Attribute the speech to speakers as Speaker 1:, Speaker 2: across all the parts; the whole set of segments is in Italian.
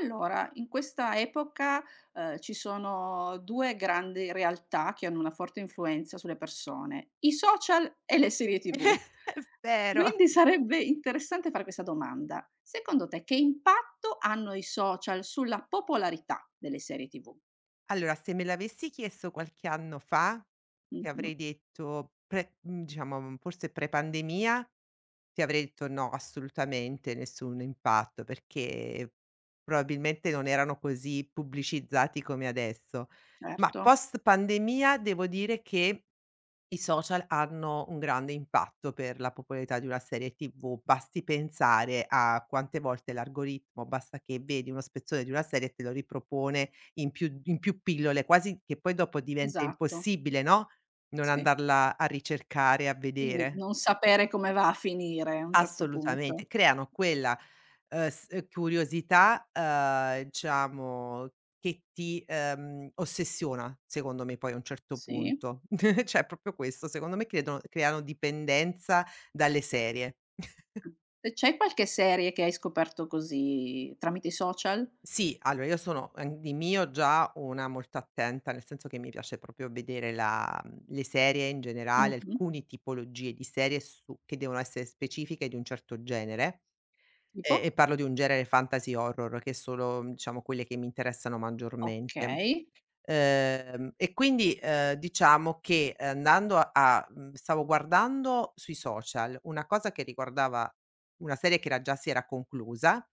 Speaker 1: Allora, in questa epoca, ci sono 2 grandi realtà che hanno una forte influenza sulle persone: i social e le serie TV.
Speaker 2: È vero.
Speaker 1: Quindi sarebbe interessante fare questa domanda: secondo te che impatto hanno i social sulla popolarità delle serie TV?
Speaker 2: Allora, se me l'avessi chiesto qualche anno fa, ti
Speaker 1: Mh-mh,
Speaker 2: avrei detto diciamo forse pre-pandemia, ti avrei detto: "No, assolutamente nessun impatto", perché probabilmente non erano così pubblicizzati come adesso. Ma
Speaker 1: certo,
Speaker 2: post pandemia devo dire che i social hanno un grande impatto per la popolarità di una serie TV, basti pensare a quante volte l'algoritmo, basta che vedi uno spezzone di una serie e te lo ripropone in più pillole, quasi che poi dopo diventa
Speaker 1: esatto,
Speaker 2: impossibile, no, non
Speaker 1: sì,
Speaker 2: andarla a ricercare e a
Speaker 1: sì, n
Speaker 2: vedere.
Speaker 1: non sapere come va a finire a un certo punto.
Speaker 2: Assolutamente, creano quella, s curiosità, diciamo che ti, ossessiona secondo me poi a un certo
Speaker 1: Sì.
Speaker 2: punto. Cioè proprio questo, secondo me credono creano dipendenza dalle serie.
Speaker 1: E c'è qualche serie che hai scoperto così tramite i social?
Speaker 2: Sì, allora io sono, di mio già una molto attenta, nel senso che mi piace proprio vedere le serie in generale,
Speaker 1: Mh-mh.
Speaker 2: alcune tipologie di serie su che devono essere specifiche di un certo genere. E
Speaker 1: Tipo?
Speaker 2: parlo di un genere fantasy horror, che sono, diciamo, quelle che mi interessano maggiormente.
Speaker 1: Okay,
Speaker 2: E quindi, diciamo che andando stavo guardando sui social una cosa che riguardava una serie che era già si era conclusa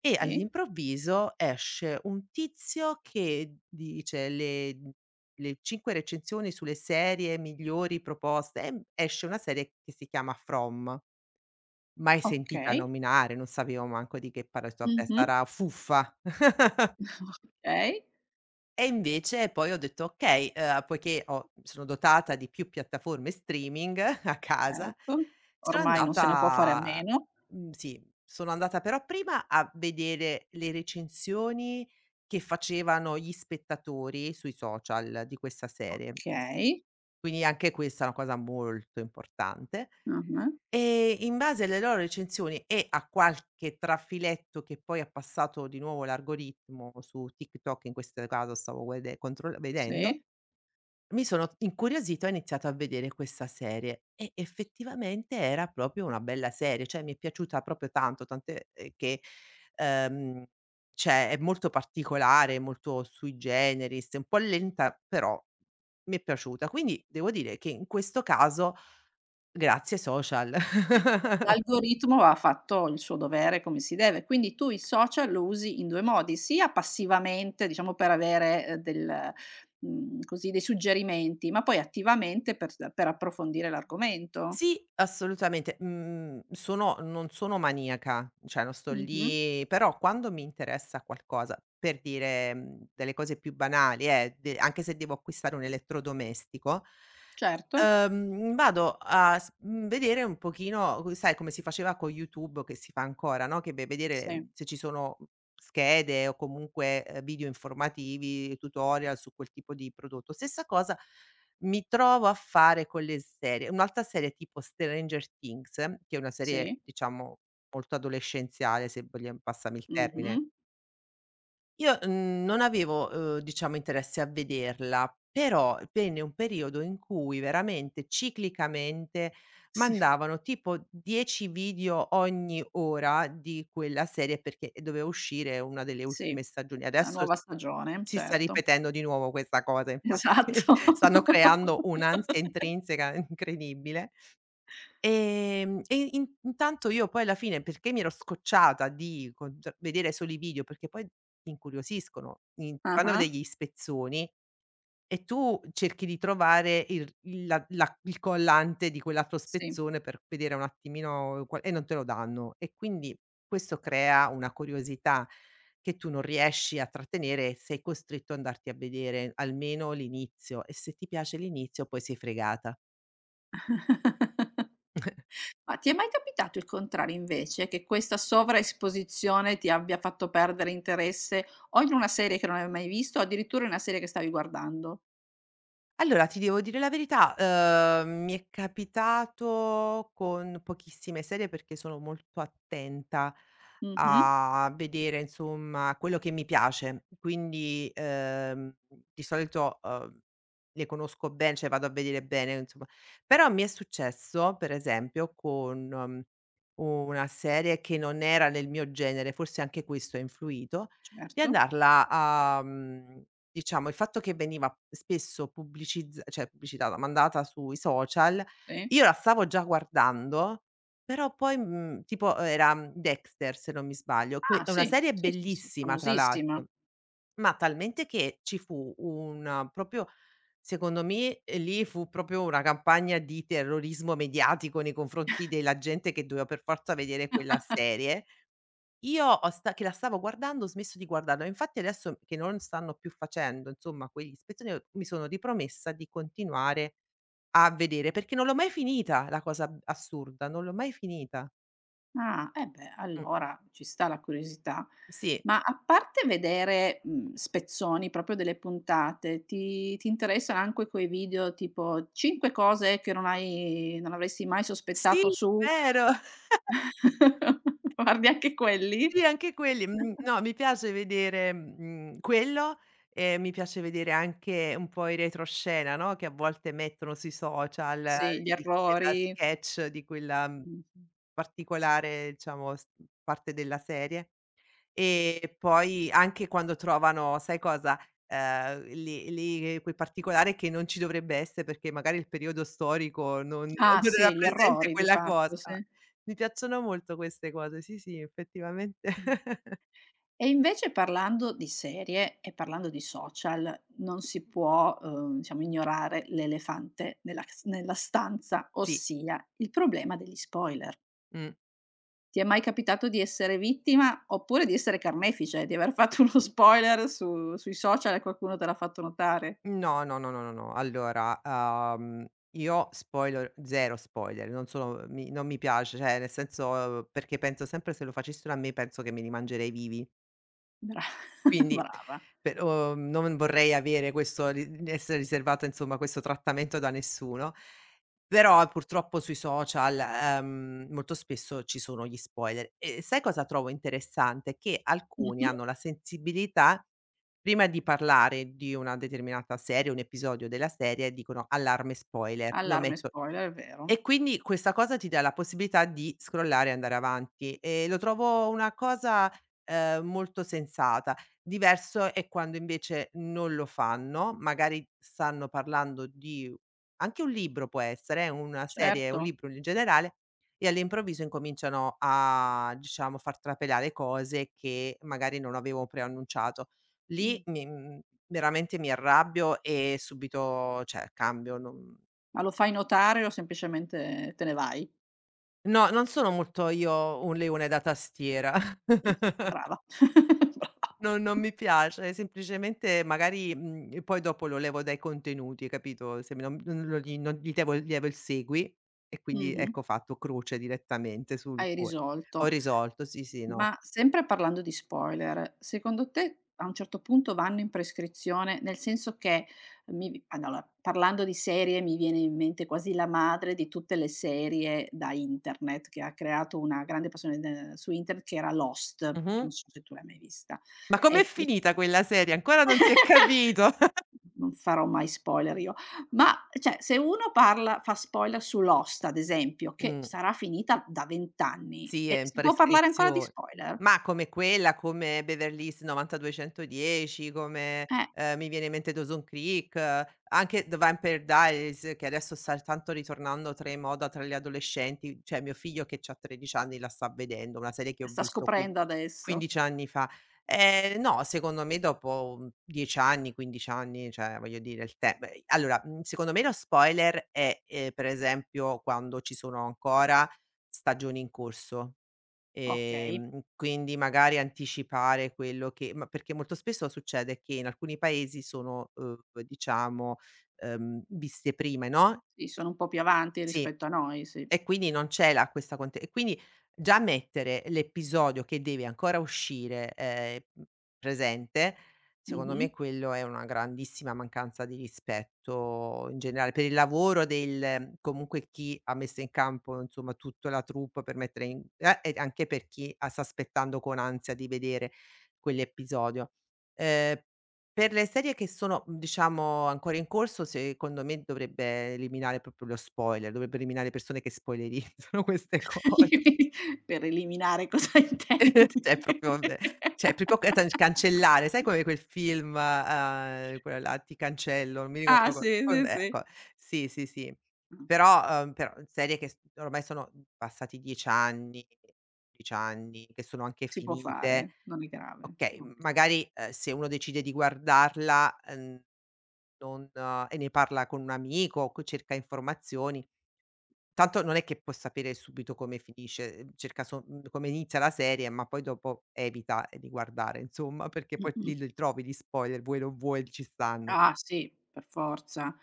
Speaker 2: e
Speaker 1: sì,
Speaker 2: all'improvviso esce un tizio che dice le cinque recensioni sulle serie migliori proposte e esce una serie che si chiama From. Mai sentita
Speaker 1: okay.
Speaker 2: nominare, non sapevo manco di che parlasse, vabbè
Speaker 1: Mh-mh.
Speaker 2: sarà fuffa.
Speaker 1: Okay,
Speaker 2: E invece poi ho detto: "Okay, poiché ho sono dotata di più piattaforme streaming a casa,
Speaker 1: certo.
Speaker 2: sono
Speaker 1: Ormai non se ne può fare a
Speaker 2: andata"
Speaker 1: meno.
Speaker 2: sì, sono andata però prima a vedere le recensioni che facevano gli spettatori sui social di questa serie,
Speaker 1: Okay.
Speaker 2: quindi anche questa è una cosa molto importante.
Speaker 1: Mh-mh.
Speaker 2: E in base alle loro recensioni e a qualche trafiletto che poi ha passato di nuovo l'algoritmo su TikTok, in questo caso stavo guede controll vedendo,
Speaker 1: Sì.
Speaker 2: mi sono incuriosita e ho iniziato a vedere questa serie e effettivamente era proprio una bella serie, cioè mi è piaciuta proprio tanto, tant'è, che, ehm, cioè è molto particolare, molto sui generis, un po' lenta, però mi è piaciuta. Quindi devo dire che in questo caso grazie ai social.
Speaker 1: Eh, l'algoritmo ha fatto il suo dovere come si deve. Quindi tu i social lo usi in 2 modi, sia passivamente, diciamo per avere, del così dei suggerimenti, ma poi attivamente per approfondire l'argomento.
Speaker 2: Sì, assolutamente. Mhmm, sono non sono maniaca, cioè non sto
Speaker 1: Mh-mh.
Speaker 2: lì però quando mi interessa qualcosa, per dire, delle cose più banali de anche se devo acquistare un elettrodomestico,
Speaker 1: Certo.
Speaker 2: vado a vedere un pochino co sai come si faceva con YouTube, che si fa ancora, no, che vai a vedere,
Speaker 1: Sì,
Speaker 2: se ci sono schede o comunque, video informativi, tutorial su quel tipo di prodotto. Stessa cosa mi trovo a fare quelle serie un'altra serie tipo Stranger Things, che è una serie
Speaker 1: sì.
Speaker 2: diciamo molto adolescenziale, se vogliam passami il
Speaker 1: Mh-mh.
Speaker 2: termine. Io, non avevo, diciamo interesse a vederla, però venne un periodo in cui veramente ciclicamente
Speaker 1: Sì,
Speaker 2: mandavano tipo 10 video ogni ora di quella serie perché doveva uscire una delle
Speaker 1: sì.
Speaker 2: ultime stagioni.
Speaker 1: La
Speaker 2: Adesso
Speaker 1: nuova stagione,
Speaker 2: si sta
Speaker 1: certo.
Speaker 2: ripetendo di nuovo questa cosa, infatti
Speaker 1: Esatto.
Speaker 2: stanno creando un'ansia intrinseca incredibile. E in intanto io poi alla fine, perché mi ero scocciata di con cioè vedere solo i video, perché poi ti incuriosiscono, in fanno
Speaker 1: Ah-ah.
Speaker 2: degli spezzoni e tu cerchi di trovare il la la il collante di quell'altro
Speaker 1: Sì.
Speaker 2: spezzone per vedere un attimino qua e non te lo danno. E quindi questo crea una curiosità che tu non riesci a trattenere e sei costretto ad andarti a vedere almeno l'inizio e se ti piace l'inizio poi sei fregata.
Speaker 1: Ma ti è mai capitato il contrario invece, che questa sovraesposizione ti abbia fatto perdere interesse o in una serie che non avevi mai visto o addirittura in una serie che stavi guardando?
Speaker 2: Allora, ti devo dire la verità, mi è capitato con pochissime serie perché sono molto attenta
Speaker 1: Mh-mh,
Speaker 2: a vedere, insomma, quello che mi piace. Quindi, di solito, le conosco ben cioè vado a vedere bene, insomma. Però mi è successo, per esempio, con, una serie che non era nel mio genere, forse anche questo ha influito, di
Speaker 1: certo,
Speaker 2: andarla a mhmm diciamo, il fatto che veniva spesso pubblicizz cioè pubblicitata, mandata sui social,
Speaker 1: sì.
Speaker 2: io la stavo già guardando, però poi, tipo era Dexter se non mi sbaglio, che
Speaker 1: Ah
Speaker 2: è una
Speaker 1: sì,
Speaker 2: serie
Speaker 1: sì, sì, sì,
Speaker 2: bellissima tra
Speaker 1: famosissima.
Speaker 2: l'altro, ma talmente che ci fu un proprio secondo me, lì fu proprio una campagna di terrorismo mediatico nei confronti della gente che doveva per forza vedere quella serie io ho sta che la stavo guardando, ho smesso di guardarla, infatti adesso che non stanno più facendo, insomma, quegli spezzoni, mi sono ripromessa di continuare a vedere, perché non l'ho mai finita la cosa ab assurda, non l'ho mai finita.
Speaker 1: Ah, eh beh,
Speaker 2: Mh,
Speaker 1: allora ci sta la curiosità.
Speaker 2: sì.
Speaker 1: Ma a parte vedere, spezzoni proprio delle puntate, ti interessano anche quei video tipo 5 cose che non avresti mai sospettato
Speaker 2: Sì,
Speaker 1: su.
Speaker 2: vero!
Speaker 1: Guardi anche quelli?
Speaker 2: Sì, anche quelli. Mhmm, no, mi piace vedere, quello e mi piace vedere anche un po' i retroscena, no, che a volte mettono sui social
Speaker 1: Sì, gli
Speaker 2: di quella
Speaker 1: errori.
Speaker 2: sketch, di quella, mhmm
Speaker 1: Mh-mh.
Speaker 2: particolare diciamo s parte della serie. E poi anche quando trovano, sai cosa, lì lì quel particolare che non ci dovrebbe essere perché magari il periodo storico non
Speaker 1: Ah
Speaker 2: era
Speaker 1: sì, gli
Speaker 2: presente
Speaker 1: errori di
Speaker 2: quella
Speaker 1: fatto,
Speaker 2: cosa.
Speaker 1: sì.
Speaker 2: Mi piacciono molto queste cose, sì, sì, effettivamente
Speaker 1: Mh. E invece parlando di serie e parlando di social, non si può, diciamo ignorare l'elefante nella stanza,
Speaker 2: sì.
Speaker 1: ossia il problema degli spoiler.
Speaker 2: Mh.
Speaker 1: Ti è mai capitato di essere vittima oppure di essere carnefice, di aver fatto uno spoiler su sui social e qualcuno te l'ha fatto notare?
Speaker 2: No, no, no, no, no, no. Allora, io spoiler zero spoiler, non mi piace, cioè nel senso perché penso sempre se lo facessero a me penso che me li mangerei vivi.
Speaker 1: Bra
Speaker 2: Quindi
Speaker 1: Brava.
Speaker 2: per non vorrei avere questo ri essere riservata insomma questo trattamento da nessuno, però purtroppo sui social, molto spesso ci sono gli spoiler. E sai cosa trovo interessante? Che alcuni
Speaker 1: Mh-mh.
Speaker 2: hanno la sensibilità, prima di parlare di una determinata serie, un episodio della serie, dicono: "Allarme spoiler", lo
Speaker 1: Allarme
Speaker 2: metto
Speaker 1: spoiler, è vero.
Speaker 2: e quindi questa cosa ti dà la possibilità di scrollare e andare avanti, e lo trovo una cosa, molto sensata. Diverso è quando invece non lo fanno, magari stanno parlando di anche un libro può essere, una
Speaker 1: Certo.
Speaker 2: serie, un
Speaker 1: Certo.
Speaker 2: libro in generale, e all'improvviso incominciano a, diciamo, far trapelare cose che magari non avevo preannunciato.
Speaker 1: Mh.
Speaker 2: Lì veramente mi arrabbio e subito, cioè cambio, non.
Speaker 1: Ma lo fai notare o semplicemente te ne vai?
Speaker 2: No, non sono molto io un leone da tastiera,
Speaker 1: Mh, brava. Brava.
Speaker 2: non mi piace, semplicemente magari, poi dopo lo levo dai contenuti, capito, se mi non non lo gli non gli devo lievo il segui e quindi
Speaker 1: Mh-mh.
Speaker 2: ecco fatto croce direttamente sul
Speaker 1: Hai
Speaker 2: cuore. Ho
Speaker 1: risolto.
Speaker 2: risolto, sì, sì, no.
Speaker 1: Ma sempre parlando di spoiler, secondo te a un certo punto vanno in prescrizione? Nel senso che mi vi allora, parlando di serie mi viene in mente quasi la madre di tutte le serie da internet, che ha creato una grande passione de su internet che era Lost,
Speaker 2: Mh-mh.
Speaker 1: non so se tu l'hai mai vista.
Speaker 2: Ma com'è
Speaker 1: Ecco.
Speaker 2: finita quella serie? Ancora non si è capito.
Speaker 1: Non farò mai spoiler io. Ma, cioè, se uno parla fa spoiler su Lost, ad esempio, che
Speaker 2: Mh.
Speaker 1: sarà finita da 20 anni,
Speaker 2: Sì,
Speaker 1: e
Speaker 2: è in
Speaker 1: si può parlare ancora di
Speaker 2: prescrizione.
Speaker 1: spoiler?
Speaker 2: Ma come quella, come Beverly Hills 90210, come,
Speaker 1: Eh,
Speaker 2: mi viene in mente Dawson Creek, anche The Vampire Diaries, che adesso sta tanto ritornando tra in moda tra gli adolescenti, cioè mio figlio che c'ha 13 anni la sta vedendo, una serie che ho
Speaker 1: sta
Speaker 2: visto qui
Speaker 1: scoprendo adesso.
Speaker 2: 15 anni fa. No, secondo me dopo, 10 anni, 15 anni, cioè voglio dire il te beh, allora, secondo me lo spoiler è, per esempio quando ci sono ancora stagioni in corso,
Speaker 1: Okay,
Speaker 2: quindi magari anticipare quello che ma perché molto spesso succede che in alcuni paesi sono, diciamo, viste prime, no,
Speaker 1: sì, sono un po' più avanti
Speaker 2: sì.
Speaker 1: rispetto a noi, sì.
Speaker 2: E quindi non c'è la questa conte e quindi già mettere l'episodio che deve ancora uscire, presente, secondo
Speaker 1: Mh-mh.
Speaker 2: me quello è una grandissima mancanza di rispetto in generale per il lavoro del comunque chi ha messo in campo, insomma, tutta la troupe per mettere in e anche per chi a sta aspettando con ansia di vedere quell'episodio. Ehm per le serie che sono, diciamo ancora in corso, secondo me dovrebbe eliminare proprio lo spoiler, dovrebbe eliminare persone che spoilerizzano queste cose.
Speaker 1: Per eliminare cosa intendi.
Speaker 2: Cioè proprio vabbè, cioè proprio catan cancellare, sai come quel film, quello là "Ti cancello", non mi
Speaker 1: Ah,
Speaker 2: ricordo co
Speaker 1: sì,
Speaker 2: con
Speaker 1: sì, sì.
Speaker 2: ecco, sì, sì, sì.
Speaker 1: Mh,
Speaker 2: Però serie che s ormai sono passati 10 anni, 11 anni, che sono anche
Speaker 1: si può
Speaker 2: finite,
Speaker 1: fare, non è grave.
Speaker 2: okay,
Speaker 1: Okay.
Speaker 2: magari, se uno decide di guardarla, Non e ne parla con un amico, o co cerca informazioni. Tanto non è che può sapere subito come finisce, cerca come inizia la serie, ma poi dopo evita, di guardare insomma, perché poi
Speaker 1: Mh-mh.
Speaker 2: lì li trovi gli spoiler, vuoi non vuoi ci stanno.
Speaker 1: Ah sì, per forza.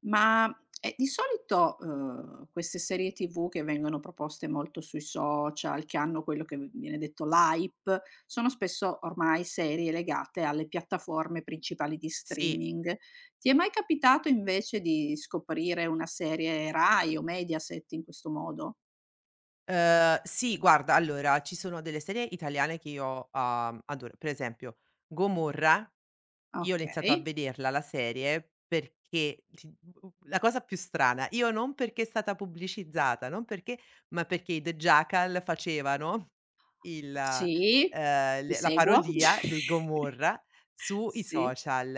Speaker 1: Ma, di solito, queste serie TV che vengono proposte molto sui social, che hanno quello che v viene detto l'hype, sono spesso ormai serie legate alle piattaforme principali di
Speaker 2: Sì.
Speaker 1: streaming. Ti è mai capitato invece di scoprire una serie Rai o Mediaset in questo modo?
Speaker 2: Sì guarda allora, ci sono delle serie italiane che io, adoro. Per esempio Gomorra. Io ho iniziato a
Speaker 1: Okay.
Speaker 2: vederla la serie perché ti la cosa più strana, io non perché è stata pubblicizzata, non perché ma perché i The Jackal facevano il
Speaker 1: Sì, ti
Speaker 2: l la
Speaker 1: seguo.
Speaker 2: parodia di Gomorra sui
Speaker 1: Sì.
Speaker 2: social.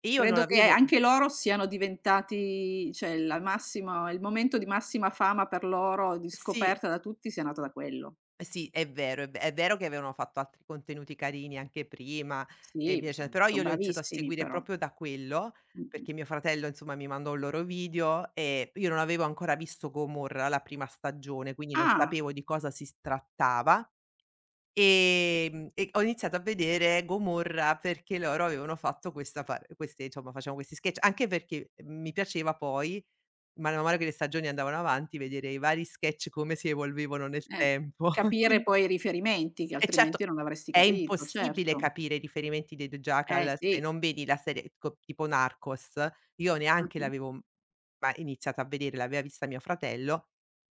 Speaker 2: E io non
Speaker 1: Credo che
Speaker 2: avevo
Speaker 1: anche loro siano diventati, cioè la massima, il momento di massima fama per loro, di
Speaker 2: sì.
Speaker 1: scoperta da tutti, sia nato da quello.
Speaker 2: Eh sì, è vero, è vero che avevano fatto altri contenuti carini anche prima e
Speaker 1: Sì,
Speaker 2: via
Speaker 1: beh,
Speaker 2: dice però
Speaker 1: son
Speaker 2: io li ho iniziato a
Speaker 1: bravissimi
Speaker 2: seguire
Speaker 1: però.
Speaker 2: proprio da quello,
Speaker 1: Mh-mh.
Speaker 2: perché mio fratello insomma mi mandò il loro video e io non avevo ancora visto Gomorra, la prima stagione, quindi non
Speaker 1: Ah,
Speaker 2: sapevo di cosa si s trattava, e ho iniziato a vedere Gomorra perché loro avevano fatto questa par queste insomma facevano questi sketch, anche perché mi piaceva poi, man mano che le stagioni andavano avanti, vedere i vari sketch come si evolvevano nel
Speaker 1: eh.
Speaker 2: tempo.
Speaker 1: Capire
Speaker 2: Quin
Speaker 1: poi i riferimenti che
Speaker 2: e certo,
Speaker 1: altrimenti non avresti
Speaker 2: è
Speaker 1: capito,
Speaker 2: impossibile
Speaker 1: certo.
Speaker 2: capire i riferimenti dei
Speaker 1: Eh
Speaker 2: Dojackal se
Speaker 1: sì.
Speaker 2: non vedi la serie co tipo Narcos. Io neanche
Speaker 1: Mh-mh.
Speaker 2: l'avevo, ma iniziato a vedere, l'aveva vista mio fratello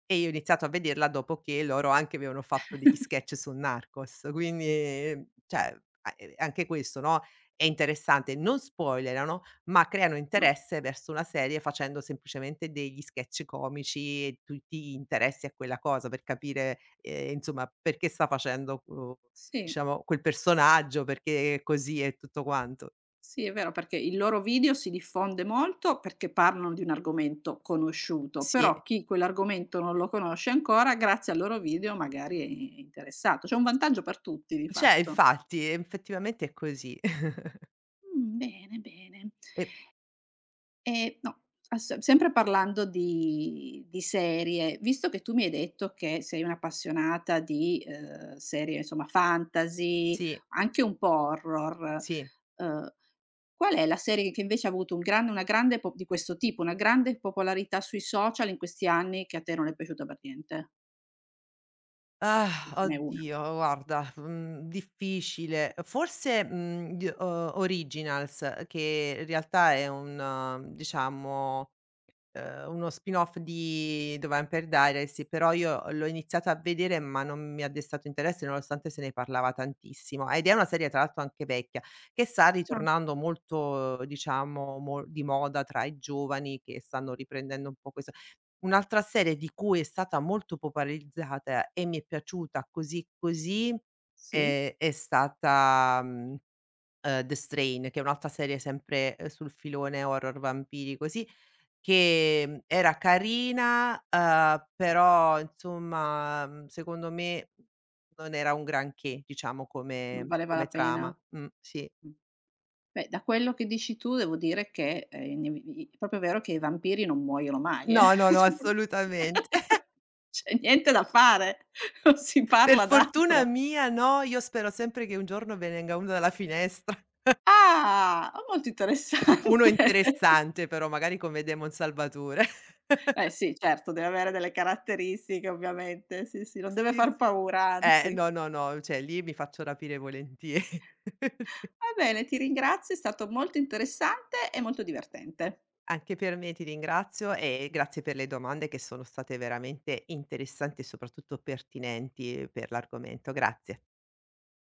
Speaker 2: e io ho iniziato a vederla dopo che loro anche avevano fatto degli sketch su Narcos. Quindi, cioè, a anche questo, no, è interessante. Non spoilerano, ma creano
Speaker 1: No.
Speaker 2: interesse verso una serie facendo semplicemente degli sketch comici e tutti interessi a quella cosa per capire, insomma, perché sta facendo,
Speaker 1: Sì.
Speaker 2: diciamo quel personaggio, perché è così e tutto quanto.
Speaker 1: Sì, è vero, perché il loro video si diffonde molto perché parlano di un argomento conosciuto, però
Speaker 2: Sì,
Speaker 1: chi quell'argomento non lo conosce ancora, grazie al loro video magari è interessato. C'è un vantaggio per tutti di
Speaker 2: cioè
Speaker 1: fatto.
Speaker 2: infatti effettivamente è così.
Speaker 1: Bene, bene.
Speaker 2: E
Speaker 1: No, ass sempre parlando di serie, visto che tu mi hai detto che sei un'appassionata di, serie insomma fantasy,
Speaker 2: sì,
Speaker 1: anche un po' horror,
Speaker 2: sì.
Speaker 1: uhm, qual è la serie che invece ha avuto un gran una grande po di questo tipo, una grande popolarità sui social in questi anni che a te non è piaciuta per niente?
Speaker 2: Ah,
Speaker 1: Se ce n'è una.
Speaker 2: oddio guarda, difficile. Forse, gli o Originals che in realtà è un diciamo uno spin-off di The Vampire Diaries, però io l'ho iniziata a vedere, ma non mi ha destato interesse nonostante se ne parlava tantissimo. Ed è una serie tra l'altro anche vecchia, che sta
Speaker 1: Ah,
Speaker 2: ritornando molto diciamo mo di moda tra i giovani che stanno riprendendo un po' questo. Un'altra serie di cui è stata molto popolarizzata e mi è piaciuta così così,
Speaker 1: sì?
Speaker 2: è stata, The Strain, che è un'altra serie sempre, sul filone horror vampiri così, che, era carina, però insomma, secondo me non era un granché, diciamo
Speaker 1: Non
Speaker 2: come
Speaker 1: valeva la
Speaker 2: come
Speaker 1: pena?
Speaker 2: trama. Sì.
Speaker 1: Mh. Beh, da quello che dici tu devo dire che, inevi i è proprio vero che i vampiri non muoiono mai, eh.
Speaker 2: No, no, no, assolutamente.
Speaker 1: C'è niente da fare, non si
Speaker 2: Per
Speaker 1: parla
Speaker 2: fortuna
Speaker 1: d'altro.
Speaker 2: mia no, io spero sempre che un giorno ve ne venga uno dalla finestra.
Speaker 1: Ah! Oh, molto interessante.
Speaker 2: Uno interessante però, magari come Demon Salvatore.
Speaker 1: Eh sì, certo, deve avere delle caratteristiche ovviamente, sì, sì, non deve
Speaker 2: Sì,
Speaker 1: far
Speaker 2: sì.
Speaker 1: paura, anzi.
Speaker 2: No, no, no, cioè lì mi faccio rapire volentieri.
Speaker 1: Va bene, ti ringrazio, è stato molto interessante e molto divertente.
Speaker 2: Anche per me ti ringrazio e grazie per le domande che sono state veramente interessanti e soprattutto pertinenti per l'argomento. Grazie.